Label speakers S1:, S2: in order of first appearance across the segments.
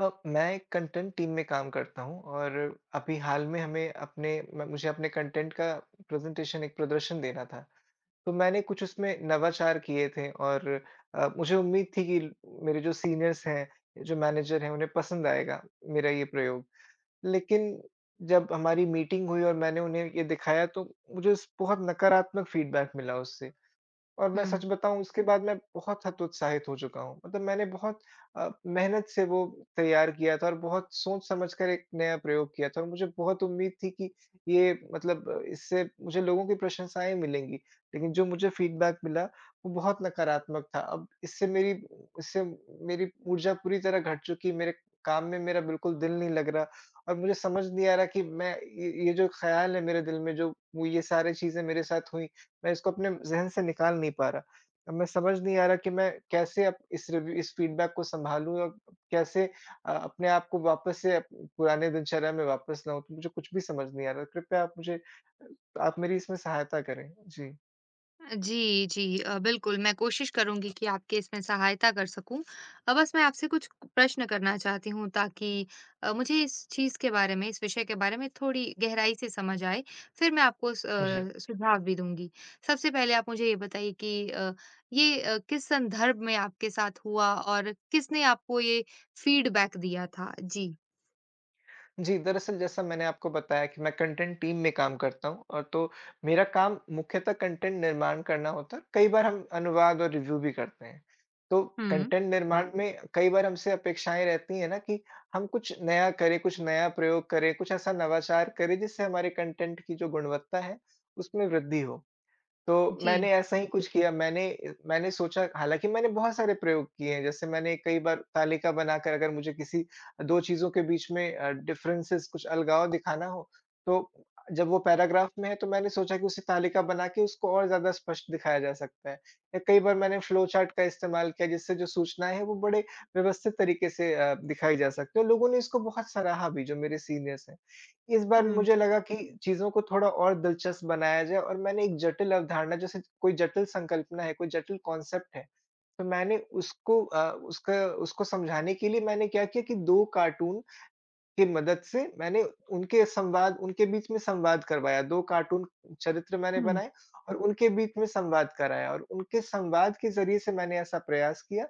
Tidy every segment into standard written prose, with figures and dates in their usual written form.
S1: मैं एक content team में काम करता हूँ और अभी हाल में हमें अपने म मुझे अपने कंटेंट का प्रेज़ेंटेशन एक प्रदर्शन देना था। तो मैंने कुछ उसमें नवाचार किए थे और मुझे उम्मीद थी कि मेरे जो सीनियर्स हैं, जो मैनेजर हैं, उन्हें पसंद आएगा मेरा ये प्रयोग। लेकिन जब हमारी मीटिंग हुई और मैंने उन्हें ये दिखाया, तो मुझे स बहुत नकारात्मक फीडबैक मिला उससे। और मैं सच
S2: हुँ।
S1: बताऊँ, उसके बाद मैं बहुत हतोत्साहित हो चुका हूँ। मतलब मैंने बहुत मेहनत से वो तैयार किया था और बहुत सोच-समझ कर एक नया प्रयोग किया था और मुझे बहुत उम्मीद थी कि ये मतलब इससे मुझे लोगों की प्रशंसाएँ मिलेंगी। लेकिन जो मुझे फ़ीडबैक मिला वो बहुत नकारात्मक था। अब इससे मेरी ऊर्जा पूरी तरह घट चुकी है, मेरे काम में मेरा बिल्कुल दिल नहीं लग रहा और मुझे समझ नहीं आ रहा कि मैं ये जो ख़्याल है मेरे दिल में, जो वो ये सारी चीज़ें मेरे साथ हुई, मैं इसको अपने ज़हन से निकाल नहीं पा रहा। अब मैं समझ नहीं आ रहा कि मैं कैसे अब इस फ़ीडबैक को सँभालूँ और कैसे अपने आप को वापस से अप पुराने दिनचर्या में वापस लाऊँ? तो मुझे कुछ भी समझ नहीं आ रहा। कृपया आप मेरी इसमें सहायता करें। जी।
S2: जी, जी। बिल्कुल, मैं कोशिश करूँगी कि आपकी इसमें सहायता कर सकूँ। बस मैं आपसे कुछ प्रश्न करना चाहती हूँ ताकि मुझे इस चीज़ के बारे में, इस विषय के बारे में थोड़ी गहराई से समझ आए, फिर मैं आपको
S1: जी।
S2: सुझाव भी दूँगी। सबसे पहले आप मुझे ये बताइए कि ये किस संदर्भ में आपके साथ हुआ और किसने आपको ये फीडबैक दिया था? जी।
S1: जी, दरअसल जैसा मैंने आपको बताया कि मैं कंटेंट टीम में काम करता हूँ, और तो मेरा काम मुख्यतः कंटेंट निर्माण करना होता है। कई बार हम अनुवाद और रिव्यू भी करते हैं। तो
S2: हुँ।
S1: कंटेंट निर्माण में कई बार हमसे अपेक्षाएँ रहती हैं ना कि हम कुछ नया करें, कुछ नया प्रयोग करें, कुछ ऐसा नवाचार करें जिससे हमारे कंटेंट की जो गुणवत्ता है उसमें वृद्धि हो। तो
S2: जी।
S1: मैंने ऐसा ही कुछ किया, मैंने सोचा, हालाँकि मैंने बहुत सारे प्रयोग किए हैं। जैसे मैंने कई बार तालिका बनाकर, अगर मुझे किसी 2 चीज़ों के बीच में डिफरेंसेस, कुछ अलगाव दिखाना हो, तो जब वो पैराग्राफ में है तो मैंने सोचा कि उसे तालिका बना के उसको और ज़्यादा स्पष्ट दिखाया जा सकता है। या कई बार मैंने फ्लो चार्ट का इस्तेमाल किया जिससे जो सूचनाएँ हैं वो बड़े व्यवस्थित तरीके से दिखाई जा सकती है। लोगों ने इसको बहुत सराहा भी, जो मेरे सीनियर्स हैं। इस बार
S2: हुँ।
S1: मुझे लगा कि चीज़ों को थोड़ा और दिलचस्प बनाया जाए, और मैंने एक जटिल अवधारणा, जैसे कोई जटिल संकल्पना है, कोई जटिल कॉन्सेप्ट है, तो मैंने उसको अ, उसका उसको समझाने के लिए मैंने क्या किया कि 2 कार्टून की मदद से मैंने उनके बीच में संवाद करवाया, 2 कार्टून चरित्र मैंने
S2: हुँ,
S1: बनाए और उनके बीच में संवाद कराया और उनके संवाद के ज़रिए से मैंने ऐसा प्रयास किया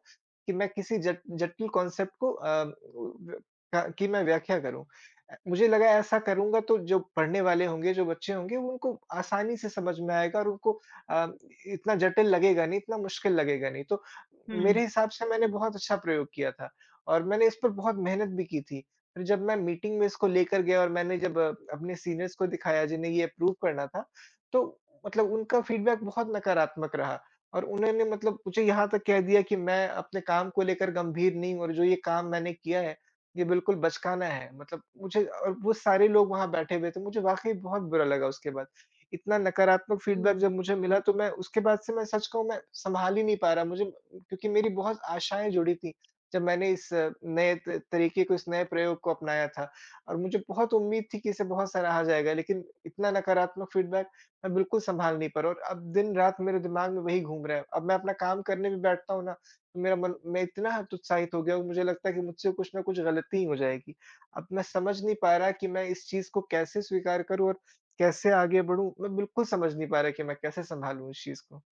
S1: कि मैं किसी जट जटिल कॉन्सेप्ट को की मैं व्याख्या करूँ। मुझे लगा ऐसा करूँगा तो जो पढ़ने वाले होंगे, जो बच्चे होंगे, उनको आसानी से समझ में आएगा और उनको अ, इतना जटिल लगेगा नहीं, इतना मुश्किल लगेगा नहीं। तो
S2: हुँ।
S1: मेरे हिसाब से मैंने बहुत अच्छा प्रयोग किया था और मैंने इस पर बहुत मेहनत भी की थी। फिर जब मैं मीटिंग में इसको लेकर गया और मैंने जब अपने सीनियर्स को दिखाया, जिन्हें ये अप्रूव करना था, तो मतलब उनका फीडबैक बहुत नकारात्मक रहा और उन्होंने, मतलब, मुझे यहाँ तक कह दिया कि मैं अपने काम को लेकर गंभीर नहीं हूँ और जो ये काम मैंने किया है, ये बिल्कुल बचकाना है। मतलब मुझे, और वो सारे लोग वहाँ बैठे हुए थे, मुझे वाक़ई बहुत बुरा लगा उसके बाद। इतना नकारात्मक फीडबैक
S2: जी।
S1: जब मुझे मिला तो मैं उसके बाद से, मैं सच कहूँ, मैं सँभाल ही नहीं पा रहा। मुझे, क्योंकि मेरी बहुत आशाएँ जुड़ी थी, जब मैंने इस नए त तरीके को, इस नए प्रयोग को अपनाया था और मुझे बहुत उम्मीद थी कि इसे बहुत सराहा जाएगा, लेकिन इतना नकारात्मक फ़ीडबैक मैं बिल्कुल सँभाल नहीं पा रहा और अब दिन-रात मेरे दिमाग में वही घूम रहा है। अब मैं अपना काम करने भी बैठता हूँ ना, तो मेरा मन मैं इतना हत उत्साहित हो गया हूँ, मुझे लगता है कि मुझसे कुछ ना कुछ गलती हो जाएगी। अब मैं समझ नहीं पा रहा कि मैं इस चीज़ को कैसे स्वीकार करूँ और कैसे आगे बढ़ूँ? मैं बिल्कुल समझ नहीं पा रहा कि मैं कैसे सँभालूँ इस चीज़ को?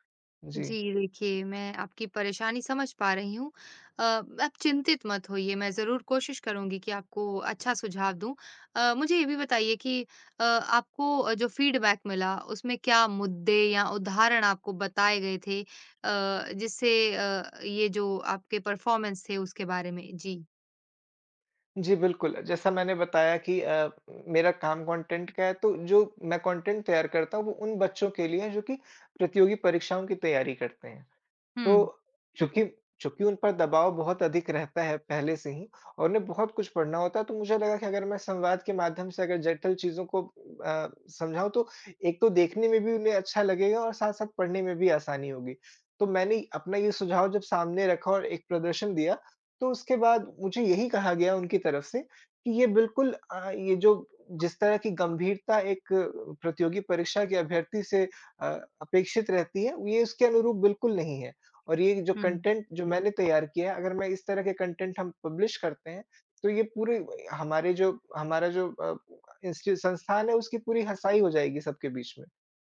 S1: जी।
S2: जी, देखिए मैं आपकी परेशानी समझ पा रही हूँ। आप चिंतित मत होइए, मैं ज़रूर कोशिश करूँगी कि आपको अच्छा सुझाव दूँ। मुझे ये भी बताइए कि आपको जो फ़ीडबैक मिला उसमें क्या मुद्दे या उदाहरण आपको बताए गए थे, जिससे ये जो आपके परफ़ॉर्मेंस थे उसके बारे में? जी।
S1: जी, बिल्कुल। जैसा मैंने बताया कि मेरा काम कंटेंट का है, तो जो मैं कंटेंट तैयार करता हूँ, वो उन बच्चों के लिए है, जो कि प्रतियोगी परीक्षाओं की तैयारी करते हैं।
S2: हुँ,
S1: तो चूँकि चूँकि उन पर दबाव बहुत अधिक रहता है पहले से ही और उन्हें बहुत कुछ पढ़ना होता है, तो मुझे लगा कि अगर मैं संवाद के माध्यम से अगर जटिल चीज़ों को समझाऊँ, तो एक तो देखने में भी उन्हें अच्छा लगेगा और साथ-साथ पढ़ने में भी आसानी होगी। तो मैंने अपना ये सुझाव जब सामने रखा और एक प्रदर्शन दिया, तो उसके बाद मुझे यही कहा गया उनकी तरफ से कि ये बिल्कुल अ, ये जो जिस तरह की गंभीरता एक प्रतियोगी परीक्षा के अभ्यर्थी से अपेक्षित रहती है, ये उसके अनुरूप बिल्कुल नहीं है। और ये जो
S2: हुँ,
S1: कंटेंट जो मैंने तैयार किया है, अगर मैं इस तरह के कंटेंट हम पब्लिश करते हैं, तो ये पूरे हमारे जो हमारा जो इंस्टी संस्थान है उसकी पूरी हसाई हो जाएगी सबके बीच में।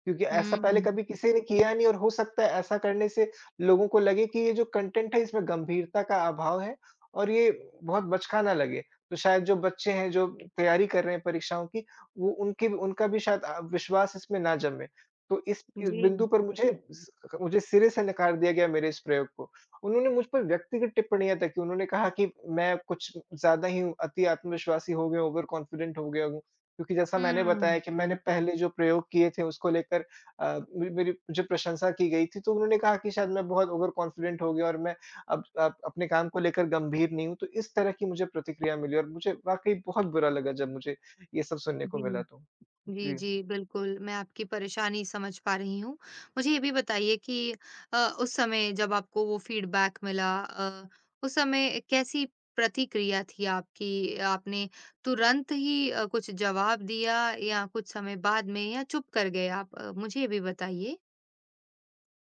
S1: क्योंकि ऐसा पहले
S2: हुँ,
S1: कभी किसी ने किया नहीं और हो सकता है ऐसा करने से लोगों को लगे कि ये जो कंटेंट है इसमें गंभीरता का अभाव है और ये बहुत बचकाना लगे। तो शायद जो बच्चे हैं, जो तैयारी कर रहे हैं परीक्षाओं की, वो उनकी उनका भी शायद विश्वास इसमें ना जमे। तो इस बिंदु
S2: जी,
S1: पर स मुझे सिरे से नकार दिया गया मेरे इस प्रयोग को। उन्होंने मुझ पर व्यक्तिगत टिप्पणियाँ तक की। उन्होंने कहा कि मैं कुछ ज़्यादा ही अति आत्मविश्वासी हो गया, ओवर कॉन्फिडेंट हो गया हूँ। क्योंकि जैसा मैंने बताया
S2: हुँ,
S1: कि मैंने पहले जो प्रयोग किए थे उसको लेकर अ, मे मेरी मुझे प्रशंसा की गई थी, तो उन्होंने कहा कि शायद मैं बहुत ओवर कॉन्फिडेंट हो गया और मैं अब अपने काम को लेकर गंभीर नहीं हूँ। तो इस तरह की मुझे प्रतिक्रिया मिली और मुझे वाक़ई बहुत बुरा लगा जब मुझे ये सब सुनने को
S2: जी।
S1: मिला, तो।
S2: जी,
S1: जी।
S2: जी, बिल्कुल, मैं आपकी परेशानी समझ पा रही हूँ। मुझे ये भी बताइए कि अ, उस समय जब आपको वो फीडबैक मिला, उस समय कैसी प्रतिक्रिया थी आपकी? आपने तुरंत ही कुछ जवाब दिया या कुछ समय बाद में या चुप कर गए आप? मुझे ये भी बताइए।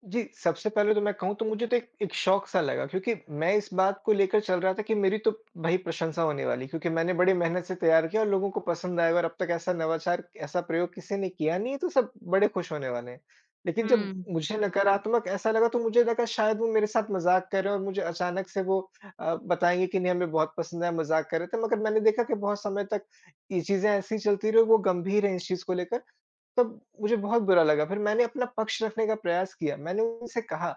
S1: जी, सबसे पहले तो मैं कहूँ, तो मुझे तो एक एक शौक-सा लगा, क्योंकि मैं इस बात को लेकर चल रहा था कि मेरी तो, भई, प्रशंसा होने वाली, क्योंकि मैंने बड़ी मेहनत से तैयार किया और लोगों को पसंद आएगा और अब तक ऐसा नवाचार, ऐसा प्रयोग किसी ने किया नहीं है, तो सब बड़े खुश होने वाले हैं। लेकिन जब
S2: हुँ।
S1: मुझे नकारात्मक ऐसा लगा, तो मुझे लगा शायद वो मेरे साथ मज़ाक कर रहे हैं और मुझे अचानक से वो बताएँगे कि नहीं, हमें बहुत पसंद आया, मज़ाक कर रहे थे। मगर मैंने देखा कि बहुत समय तक ये चीज़ें ऐसी ही चलती रहीं, वो गंभीर हैं इस चीज़ को लेकर। तब मुझे बहुत बुरा लगा, फिर मैंने अपना पक्ष रखने का प्रयास किया, मैंने उनसे कहा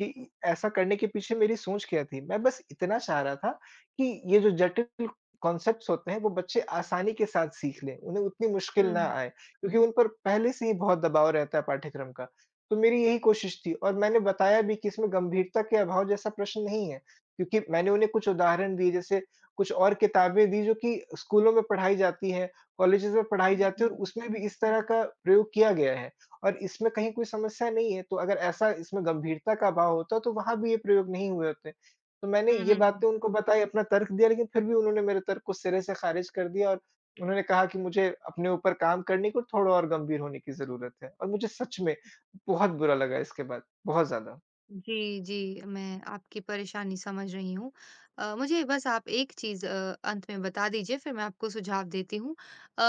S1: कि ऐसा करने के पीछे मेरी सोच क्या थी? मैं बस इतना चाह रहा था कि ये जो जटिल कॉन्सेप्ट्स होते हैं, वो बच्चे आसानी के साथ सीख लें, उन्हें उतनी मुश्किल ना
S2: हुँ,
S1: आए, क्योंकि उन पर पहले से ही बहुत दबाव रहता है पाठ्यक्रम का। तो मेरी यही कोशिश थी और मैंने बताया भी कि इसमें गंभीरता के अभाव जैसा प्रश्न नहीं है, क्योंकि मैंने उन्हें कुछ उदाहरण दिए। जैसे कुछ और किताबें दी जो कि स्कूलों में पढ़ाई जाती हैं, कॉलेजेज़ में पढ़ाई
S2: हुँ,
S1: जाती है और
S2: हुँ।
S1: उसमें भी इस तरह का प्रयोग किया गया है और इसमें कहीं कोई समस्या नहीं है। तो अगर ऐसा, इसमें गंभीरता का अभाव होता, तो वहाँ भी ये प्रयोग नहीं हुए होते। तो मैंने
S2: हुँ,
S1: ये
S2: हुँ,
S1: बातें
S2: हुँ।
S1: उनको बताई, अपना तर्क दिया, लेकिन फिर भी उन्होंने मेरे तर्क को सिरे से ख़ारिज कर दिया और उन्होंने कहा कि मुझे अपने ऊपर काम करने की और थोड़ा और गंभीर होने की ज़रूरत है। और मुझे सच में बहुत बुरा लगा इसके बाद, बहुत ज़्यादा।
S2: जी, जी, मैं आपकी परेशानी समझ रही हूँ। मुझे बस आप एक चीज़ अंत में बता दीजिए फिर मैं आपको सुझाव देती हूँ। अ,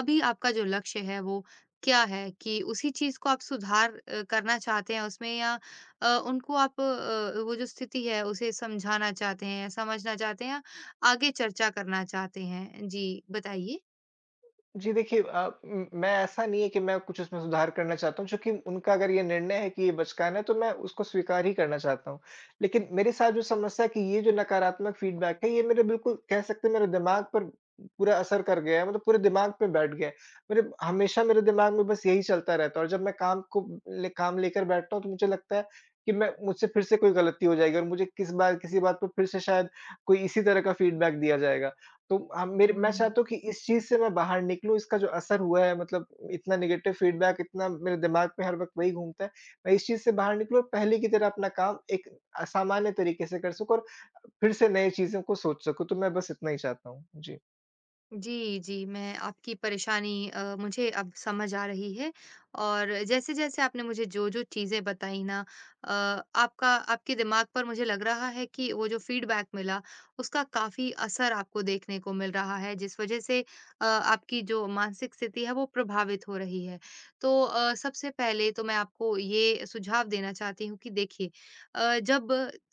S2: अभी आपका जो लक्ष्य है वो क्या है कि उसी चीज़ को आप सुधार करना चाहते हैं उसमें या उनको आप वो जो स्थिति है उसे समझाना चाहते हैं, समझना चाहते हैं या आगे चर्चा करना चाहते हैं? जी, बताइए।
S1: जी, देखिए, अ, म मैं, ऐसा नहीं है कि मैं कुछ उसमें सुधार करना चाहता हूँ। चूँकि उनका अगर ये निर्णय है कि ये बचकाना है, तो मैं उसको स्वीकार ही करना चाहता हूँ। लेकिन मेरे साथ जो समस्या है कि ये जो नकारात्मक फीडबैक है ये मेरे, बिल्कुल कह सकते हैं, मेरे दिमाग पर पूरा असर कर गया है, मतलब पूरे दिमाग पे बैठ गया है। मेरे हमेशा मेरे दिमाग में बस यही चलता रहता है और जब मैं काम को ले काम लेकर बैठता हूँ, तो मुझे लगता है कि मैं मुझसे फिर से कोई गलती हो जाएगी और मुझे किसी बात पे फिर से शायद कोई इसी तरह का फीडबैक दिया जाएगा। तो अ, मेरे
S2: हुँ।
S1: मैं चाहता हूँ कि इस चीज़ से मैं बाहर निकलूँ, इसका जो असर हुआ है, मतलब इतना नेगेटिव फ़ीडबैक, इतना मेरे दिमाग में हर वक़्त वही घूमता है। मैं इस चीज़ से बाहर निकलूँ और पहले की तरह अपना काम एक सामान्य तरीके से कर सकूँ और फिर से नई चीज़ों को सोच सकूँ, तो मैं बस इतना ही चाहता हूँ। जी।
S2: जी, जी, मैं आपकी परेशानी मुझे अब समझ आ रही है और जैसे-जैसे आपने मुझे जो-जो चीज़ें बताई ना, अ, आपका आपके दिमाग पर मुझे लग रहा है कि वो जो फीडबैक मिला, उसका काफ़ी असर आपको देखने को मिल रहा है, जिस वज़ह से आपकी जो मानसिक स्थिति है, वो प्रभावित हो रही है। तो सबसे पहले तो मैं आपको ये सुझाव देना चाहती हूँ कि देखिए, जब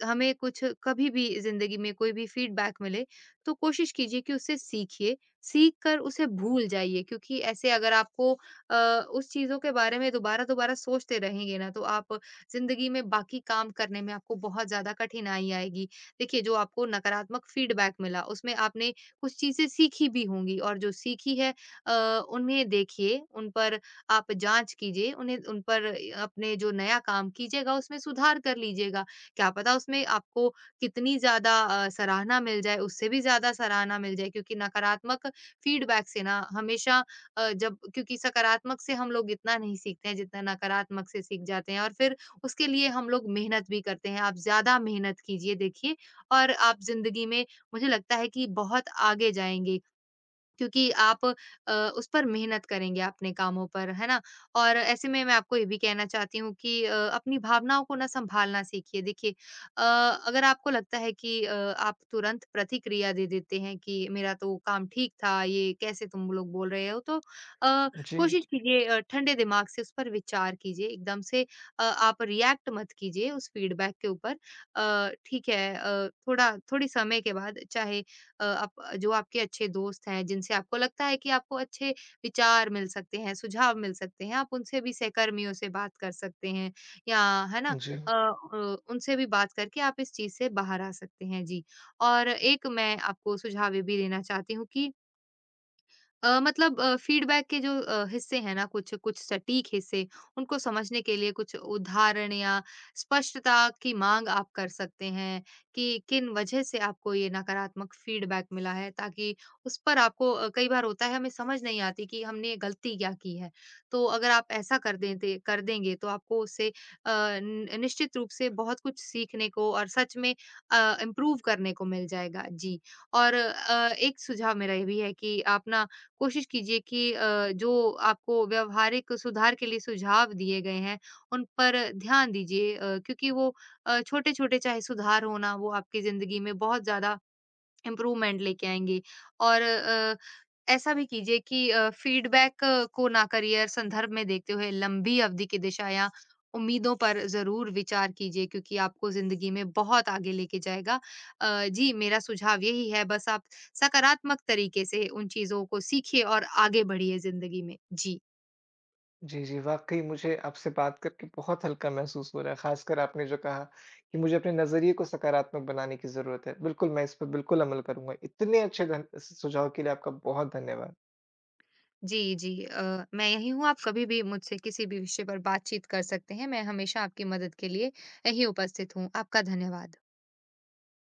S2: हमें कुछ कभी भी ज़िंदगी में कोई भी फीडबैक मिले, तो कोशिश कीजिए कि उससे सीखिए, सीख कर उसे भूल जाइए। क्योंकि ऐसे अगर आपको अ, उस चीज़ों के बारे में दोबारा-दोबारा सोचते रहेंगे ना, तो आप ज़िंदगी में बाकी काम करने में आपको बहुत ज़्यादा कठिनाई आएगी। देखिए, जो आपको नकारात्मक फीडबैक मिला, उसमें आपने कुछ चीज़ें सीखी भी होंगी और जो सीखी है, अ, उन्हें देखिए, उन पर आप जाँच कीजिए, उन्हें उन पर अपने जो नया काम कीजिएगा, उसमें सुधार कर लीजिएगा। क्या पता उसमें आपको कितनी ज़्यादा सराहना मिल जाए, उससे भी ज़्यादा सराहना मिल जाए। क्योंकि नकारात्मक फीडबैक से ना हमेशा जब क्योंकि सकारात्मक से हम लोग इतना नहीं सीखते हैं जितना नकारात्मक से सीख जाते हैं और फिर उसके लिए हम लोग मेहनत भी करते हैं। आप ज़्यादा मेहनत कीजिए देखिए, और आप ज़िंदगी में मुझे लगता है कि बहुत आगे जाएँगे। क्योंकि आप उस पर मेहनत करेंगे अपने कामों पर, है ना? और ऐसे में मैं आपको ये भी कहना चाहती हूँ कि अपनी भावनाओं को ना सँभालना सीखिए। देखिए, अ, अगर आपको लगता है कि आप तुरंत प्रतिक्रिया दे देते हैं कि मेरा तो काम ठीक था, ये कैसे तुम लोग बोल रहे हो? तो
S1: जी,
S2: कोशिश कीजिए, ठंडे दिमाग से उस पर विचार कीजिए, एकदम से आप रिएक्ट मत कीजिए उस फीडबैक के ऊपर। ठीक है, थोड़ा थोड़ी समय के बाद चाहे आप जो आपके अच्छे दोस्त हैं, जिनसे आपको लगता है कि आपको अच्छे विचार मिल सकते हैं, सुझाव मिल सकते हैं, आप उनसे भी सहकर्मियों से बात कर सकते हैं, या, है ना,
S1: जी।
S2: उनसे भी बात करके आप इस चीज़ से बाहर आ सकते हैं। जी। और एक मैं आपको सुझाव ये भी देना चाहती हूँ कि मतलब फीडबैक के जो हिस्से हैं ना, कुछ कुछ सटीक हिस्से, उनको समझने के लिए कुछ उदाहरण या स्पष्टता की माँग आप कर सकते हैं कि किन वजह से आपको ये नकारात्मक फीडबैक मिला है। ताकि उस पर आपको, कई बार होता है हमें समझ नहीं आती कि हमने गलती क्या की है। तो अगर आप ऐसा कर देंगे तो आपको उससे न निश्चित रूप से बहुत कुछ सीखने को और सच में इम्प्रूव करने को मिल जाएगा। जी। और एक सुझाव मेरा ये भी है कि आप ना कोशिश कीजिए कि जो आपको व्यावहारिक सुधार के लिए सुझाव दिए गए हैं, उन पर ध्यान दीजिए। क्योंकि वो छोटे-छोटे चाहे सुधार हो ना, वो आपकी ज़िंदगी में बहुत ज़्यादा इम्प्रूवमेंट लेके आएँगे। और ऐसा भी कीजिए कि फ़ीडबैक को ना करियर संदर्भ में देखते हुए लंबी अवधि की दिशा या उम्मीदों पर ज़रूर विचार कीजिए, क्योंकि आपको ज़िंदगी में बहुत आगे लेके जाएगा। जी, मेरा सुझाव यही है, बस आप सकारात्मक तरीके से उन चीज़ों को सीखिए और आगे बढ़िए ज़िंदगी में। जी।
S1: जी, जी, वाक़ई मुझे आपसे बात करके बहुत हल्का महसूस हो रहा है, ख़ासकर आपने जो कहा कि मुझे अपने नज़रिए को सकारात्मक बनाने की ज़रूरत है। बिल्कुल, मैं इस पर बिल्कुल अमल करूँगा। इतने अच्छे धन सुझाव के लिए आपका बहुत धन्यवाद।
S2: जी, जी, मैं यहीं हूँ, आप कभी भी मुझसे किसी भी विषय पर बातचीत कर सकते हैं, मैं हमेशा आपकी मदद के लिए यहीं उपस्थित हूँ। आपका धन्यवाद।